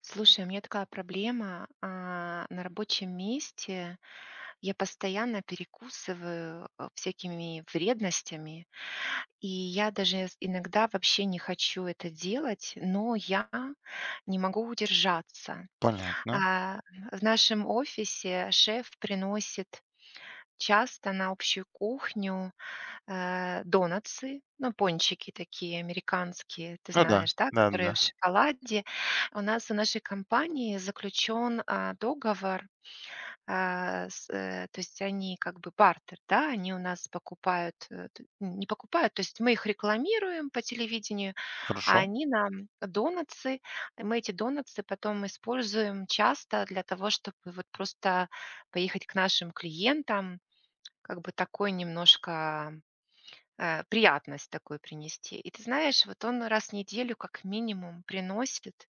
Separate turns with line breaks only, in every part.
Слушай, у меня такая проблема. На рабочем месте я постоянно перекусываю всякими вредностями, и я даже иногда вообще не хочу это делать, но я не могу удержаться.
Понятно.
А, В нашем офисе шеф приносит часто на общую кухню донатсы, ну, пончики такие американские, ты
Ну да.
знаешь, да,
да
которые в
да
шоколаде. У нашей компании заключен, договор, то есть они как бы бартер, да, они у нас покупают, э, т не покупают, то есть мы их рекламируем по телевидению, а
Хорошо.
они нам донатсы. Мы эти донатсы потом используем часто для того, чтобы вот просто поехать к нашим клиентам, как бы такой немножко приятность такую принести. И ты знаешь, вот он раз в неделю как минимум приносит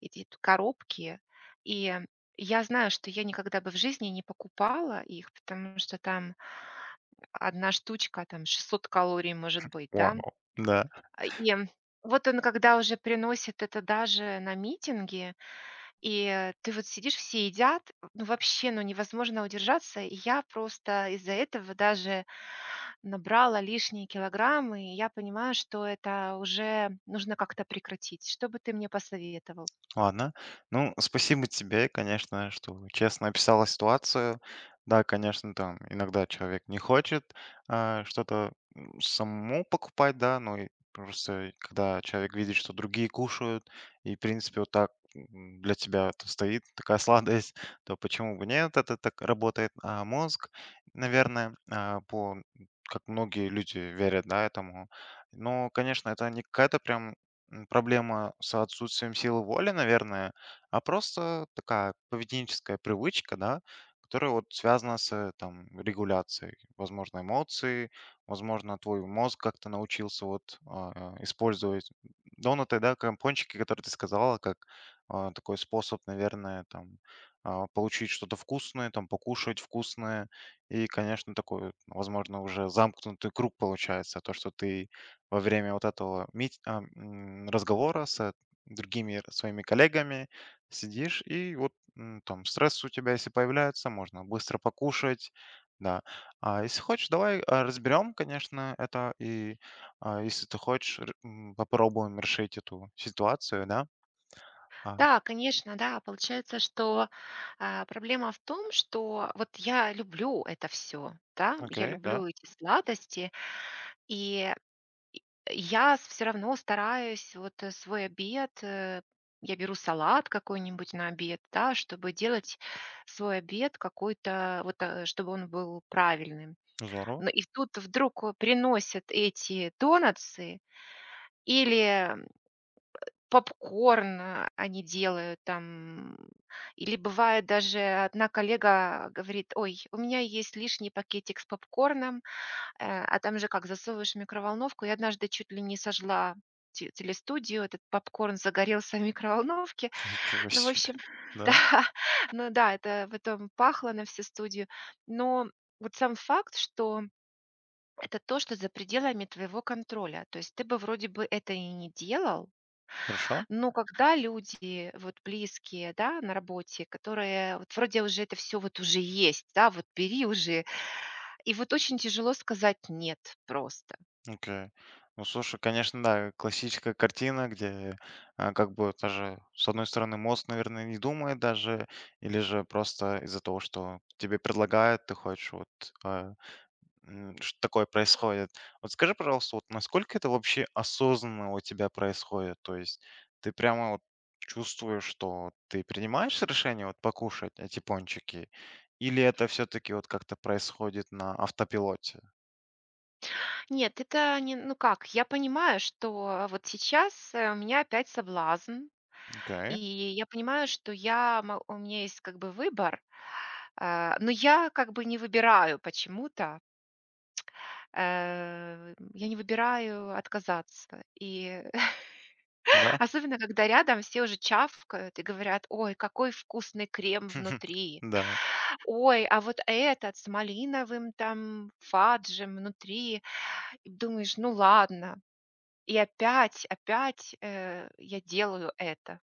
эти т коробки. И я знаю, что я никогда бы в жизни не покупала их, потому что там одна штучка, там 600 калорий может быть, да.
Вау. Да.
И вот он, когда уже приносит это даже на митинги, и ты вот сидишь, все едят, ну, вообще, ну, невозможно удержаться. И я просто из-за этого даже набрала лишние килограммы, и я понимаю, что это уже нужно как-то прекратить. Что бы ты мне посоветовал?
Ладно. Ну, спасибо тебе, конечно, что честно описала ситуацию. Да, конечно, там иногда человек не хочет что-то самому покупать, да, но и просто когда человек видит, что другие кушают, и, в принципе, вот так для тебя это стоит такая сладость, то почему бы нет, это так работает. А мозг, наверное, по как многие люди верят, да, этому. Но, конечно, это не какая-то прям проблема с отсутствием силы воли, наверное, а просто такая поведенческая привычка, да, которая вот связана с там, регуляцией, возможно, эмоций, возможно, твой мозг как-то научился вот использовать донаты, да, компончики, которые ты сказала, как такой способ, наверное, там получить что-то вкусное, там покушать вкусное, и, конечно, такой, вот, возможно, уже замкнутый круг получается, то, что ты во время вот этого разговора с другими своими коллегами сидишь, и вот там стресс у тебя, если появляется, можно быстро покушать, да. А если хочешь, давай разберем, конечно, это, и если ты хочешь, попробуем решить эту ситуацию, да. А,
Да, конечно, да. Получается, что, проблема в том, что вот я люблю это все, да, я
окей, да,
люблю эти сладости, и я все равно стараюсь, свой обед, я беру салат какой-нибудь на обед, да, чтобы делать свой обед какой-то вот, чтобы он был правильным.
здорово,
Ну и тут вдруг, приносят эти донатсы или попкорн, они делают там. Или бывает даже одна коллега говорит: "Ой, у меня есть лишний пакетик с попкорном". А там же как, засовываешь в микроволновку. Я однажды чуть ли не сожгла те телестудию. Этот попкорн загорелся в микроволновке.
ничего
Ну, в
себе,
общем, да,
да,
ну да, это потом пахло на всю студию. Но вот сам факт, что это то, что за пределами твоего контроля. То есть ты бы вроде бы это и не делал,
хорошо.
но когда люди вот близкие, да, на работе, которые вот вроде уже это все вот уже есть, да, вот бери уже, и вот очень тяжело сказать нет просто.
Окей. Ну, слушай, конечно, да, классическая картина, где как бы вот даже, с одной стороны, мозг, наверное, не думает даже, или же просто из-за того, что тебе предлагают, ты хочешь, вот а, что такое происходит. Вот скажи, пожалуйста, вот насколько это вообще осознанно у тебя происходит? То есть ты прямо вот чувствуешь, что ты принимаешь решение вот покушать эти пончики, или это все-таки вот как-то происходит на автопилоте?
Нет, это не, ну как, я понимаю, что вот сейчас у меня опять соблазн, и
Окей,
я понимаю, что у меня есть как бы выбор, но я как бы не выбираю почему-то. Я не выбираю отказаться. И
да,
особенно, когда рядом все уже чавкают и говорят: "Ой, какой вкусный крем внутри!
да.
Ой, а вот этот с малиновым там фаджем внутри". И думаешь: "Ну ладно". И опять, опять, я делаю это.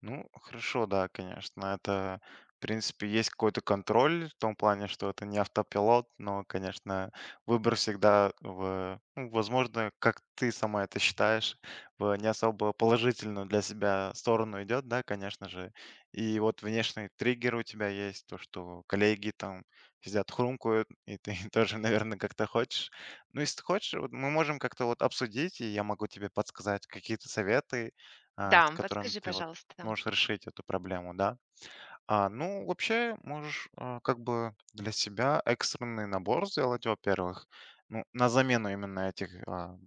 Ну, хорошо, да, конечно. Это, в принципе, есть какой-то контроль в том плане, что это не автопилот, но, конечно, выбор всегда в, ну, возможно, как ты сама это считаешь, в не особо положительную для себя сторону идет, да, конечно же. И вот внешний триггер у тебя есть, то, что коллеги там сидят хрумкают, и ты тоже, наверное, как-то хочешь. Ну, если ты хочешь, вот мы можем как-то вот обсудить, и я могу тебе подсказать какие-то советы, с
Да,
которым
подскажи,
ты вот
пожалуйста.
можешь решить эту проблему, да? Ну, вообще, можешь как бы для себя экстренный набор сделать, во-первых, ну, на замену именно этих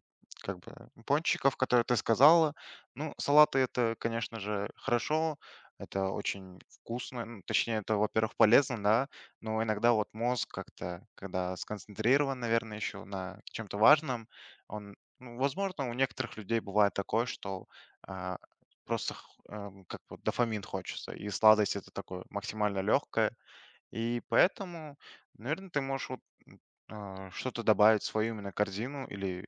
как бы пончиков, которые ты сказала. Ну, салаты это, конечно же, хорошо, это очень вкусно, ну, точнее, это, во-первых, полезно, да, но иногда вот мозг как-то, когда сконцентрирован, наверное, еще на чем-то важном, он, ну, возможно, у некоторых людей бывает такое, что а, просто х как вот дофамин хочется, и сладость- это такое максимально легкое, и поэтому, наверное, ты можешь вот, м, что-то добавить в свою именно корзину или,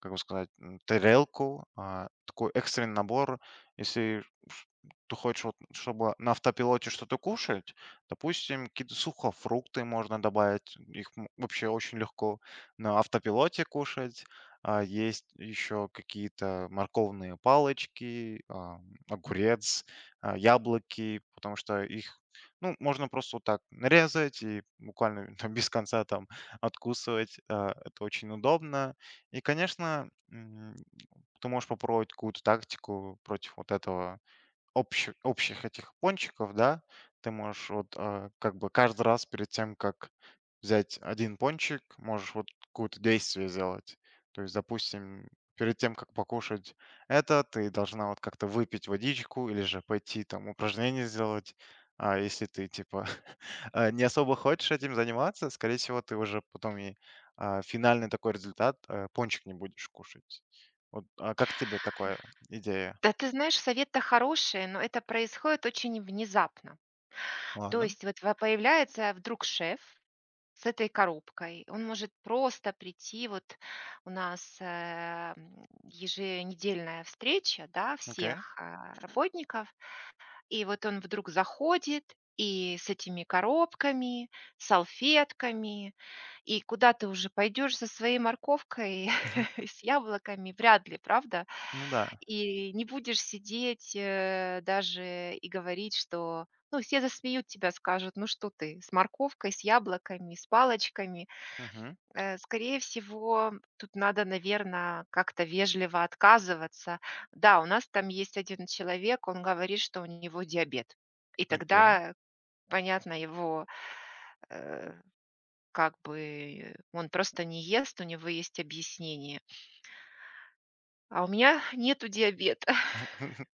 как бы сказать, тарелку, такой экстренный набор. Если ш- ты хочешь, вот, чтобы на автопилоте что-то кушать, допустим, какие-то сухофрукты можно добавить, их вообще очень легко на автопилоте кушать. Есть еще какие-то морковные палочки, огурец, яблоки, потому что их ну, можно просто вот так нарезать и буквально там без конца там откусывать. Это очень удобно. И, конечно, ты можешь попробовать какую-то тактику против вот этого общих этих пончиков, да, ты можешь вот, как бы каждый раз перед тем, как взять один пончик, можешь вот какое-то действие сделать. То есть, допустим, перед тем, как покушать это, ты должна вот как-то выпить водичку или же пойти там упражнение сделать. А если ты, типа, не особо хочешь этим заниматься, скорее всего, ты уже потом и, финальный такой результат, пончик не будешь кушать. Вот, а как тебе такая идея?
Да, ты знаешь, совет-то хороший, но это происходит очень внезапно. То
Ладно,
есть вот во появляется вдруг шеф с этой коробкой. Он может просто прийти, вот у нас, еженедельная встреча, да,
окей.
всех, работников, и вот он вдруг заходит, и с этими коробками, салфетками, и куда ты уже пойдешь со своей морковкой и с яблоками? Вряд ли, правда?
Ну да.
И не будешь сидеть, даже и говорить, что, ну, все засмеют тебя, скажут: "Ну что ты с морковкой, с яблоками, с палочками?"
Мгм.
Скорее всего, тут надо, наверное, как-то вежливо отказываться. Да, у нас там есть один человек, он говорит, что у него диабет. И
Окей.
тогда, понятно, э, как бы он просто не ест, у него есть объяснение. А у меня нету диабета.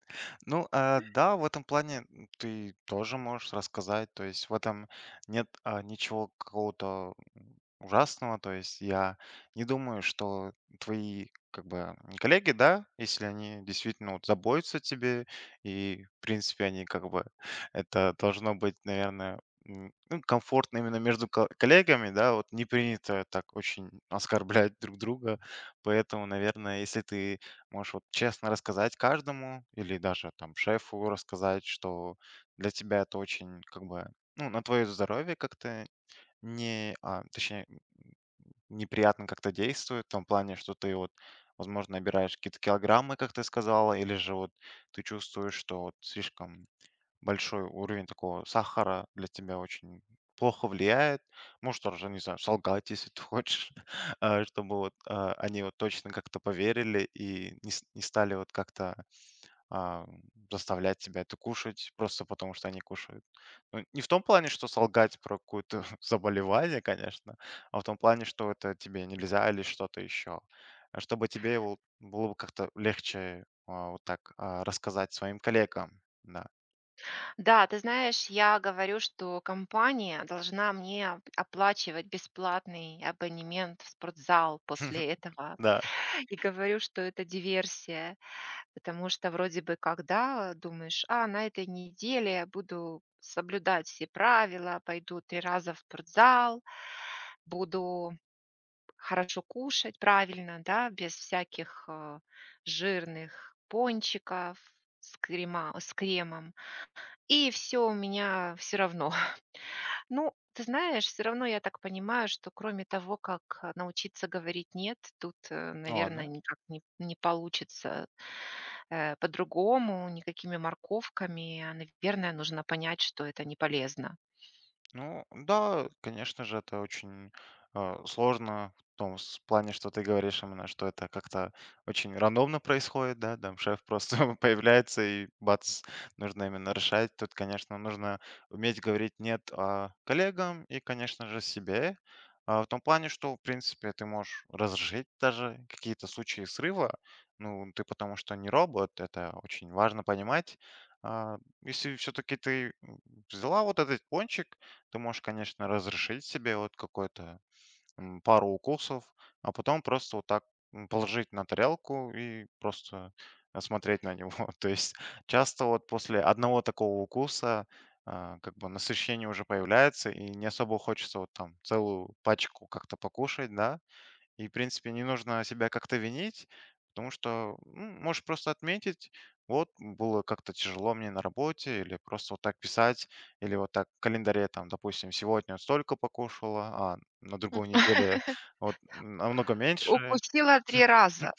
Ну, да, в этом плане ты тоже можешь рассказать. То есть в этом нет ничего какого-то ужасного. То есть я не думаю, что твои как бы коллеги, да, если они действительно вот заботятся о тебе, и в принципе они как бы это должно быть, наверное, ну, комфортно именно между коллегами, да, вот не принято так очень оскорблять друг друга, поэтому, наверное, если ты можешь вот честно рассказать каждому или даже там шефу рассказать, что для тебя это очень как бы, ну, на твое здоровье как-то не, а, точнее, неприятно как-то действует, в том плане, что ты вот, возможно, набираешь какие-то килограммы, как ты сказала, или же вот ты чувствуешь, что вот слишком большой уровень такого сахара для тебя очень плохо влияет. Можешь даже, не знаю, солгать, если ты хочешь, чтобы вот, они вот точно как-то поверили и не стали вот как-то а, заставлять тебя это кушать просто потому, что они кушают. Ну, не в том плане, что солгать про какое-то заболевание, конечно, а в том плане, что это тебе нельзя или что-то еще. Чтобы тебе его было бы как-то легче вот так рассказать своим коллегам. Да.
Да, ты знаешь, я говорю, что компания должна мне оплачивать бесплатный абонемент в спортзал после этого.
Да.
И говорю, что это диверсия. Потому что вроде бы когда думаешь: "А, на этой неделе я буду соблюдать все правила, пойду 3 раза в спортзал, буду хорошо кушать, правильно, да, без всяких, жирных пончиков с кремом". И все у меня все равно. Ну, ты знаешь, все равно я так понимаю, что кроме того, как, научиться говорить "нет", тут, наверное,
Ладно.
никак не получится, по-другому, никакими морковками. А, наверное, нужно понять, что это не полезно.
Ну да, конечно же, это очень сложно в том плане, что ты говоришь именно, что это как-то очень рандомно происходит, да, там шеф просто появляется и бац, нужно именно решать. Тут, конечно, нужно уметь говорить нет коллегам и, конечно же, себе. В том плане, что, в принципе, ты можешь разрешить даже какие-то случаи срыва. Ну, ты потому что не робот, это очень важно понимать. А, если все-таки ты взяла вот этот пончик, ты можешь, конечно, разрешить себе вот какой-то пару укусов, а потом просто вот так положить на тарелку и просто смотреть на него. То есть часто вот после одного такого укуса как бы насыщение уже появляется, и не особо хочется вот там целую пачку как-то покушать, да, и, в принципе, не нужно себя как-то винить, потому что можешь просто отметить, вот было как-то тяжело мне на работе, или просто вот так писать, или вот так в календаре, там, допустим, сегодня вот столько покушала, а на другую
М.
неделю вот намного меньше.
Укусила 3 раза.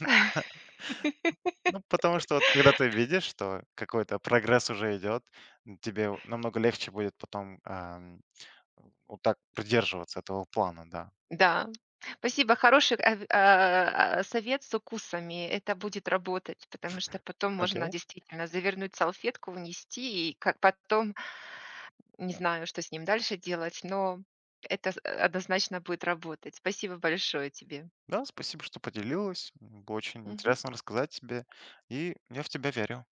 Ну, потому что вот когда ты видишь, что какой-то прогресс уже идет, тебе намного легче будет потом вот так придерживаться этого плана, да.
Да. Спасибо, хороший, совет с укусами. Это будет работать, потому что потом можно
Окей?
действительно завернуть салфетку, унести, и как потом, не знаю, что с ним дальше делать, но это с однозначно будет работать. Спасибо большое тебе.
Да, спасибо, что поделилась. Было очень
Мгм.
интересно рассказать тебе, и я в тебя верю.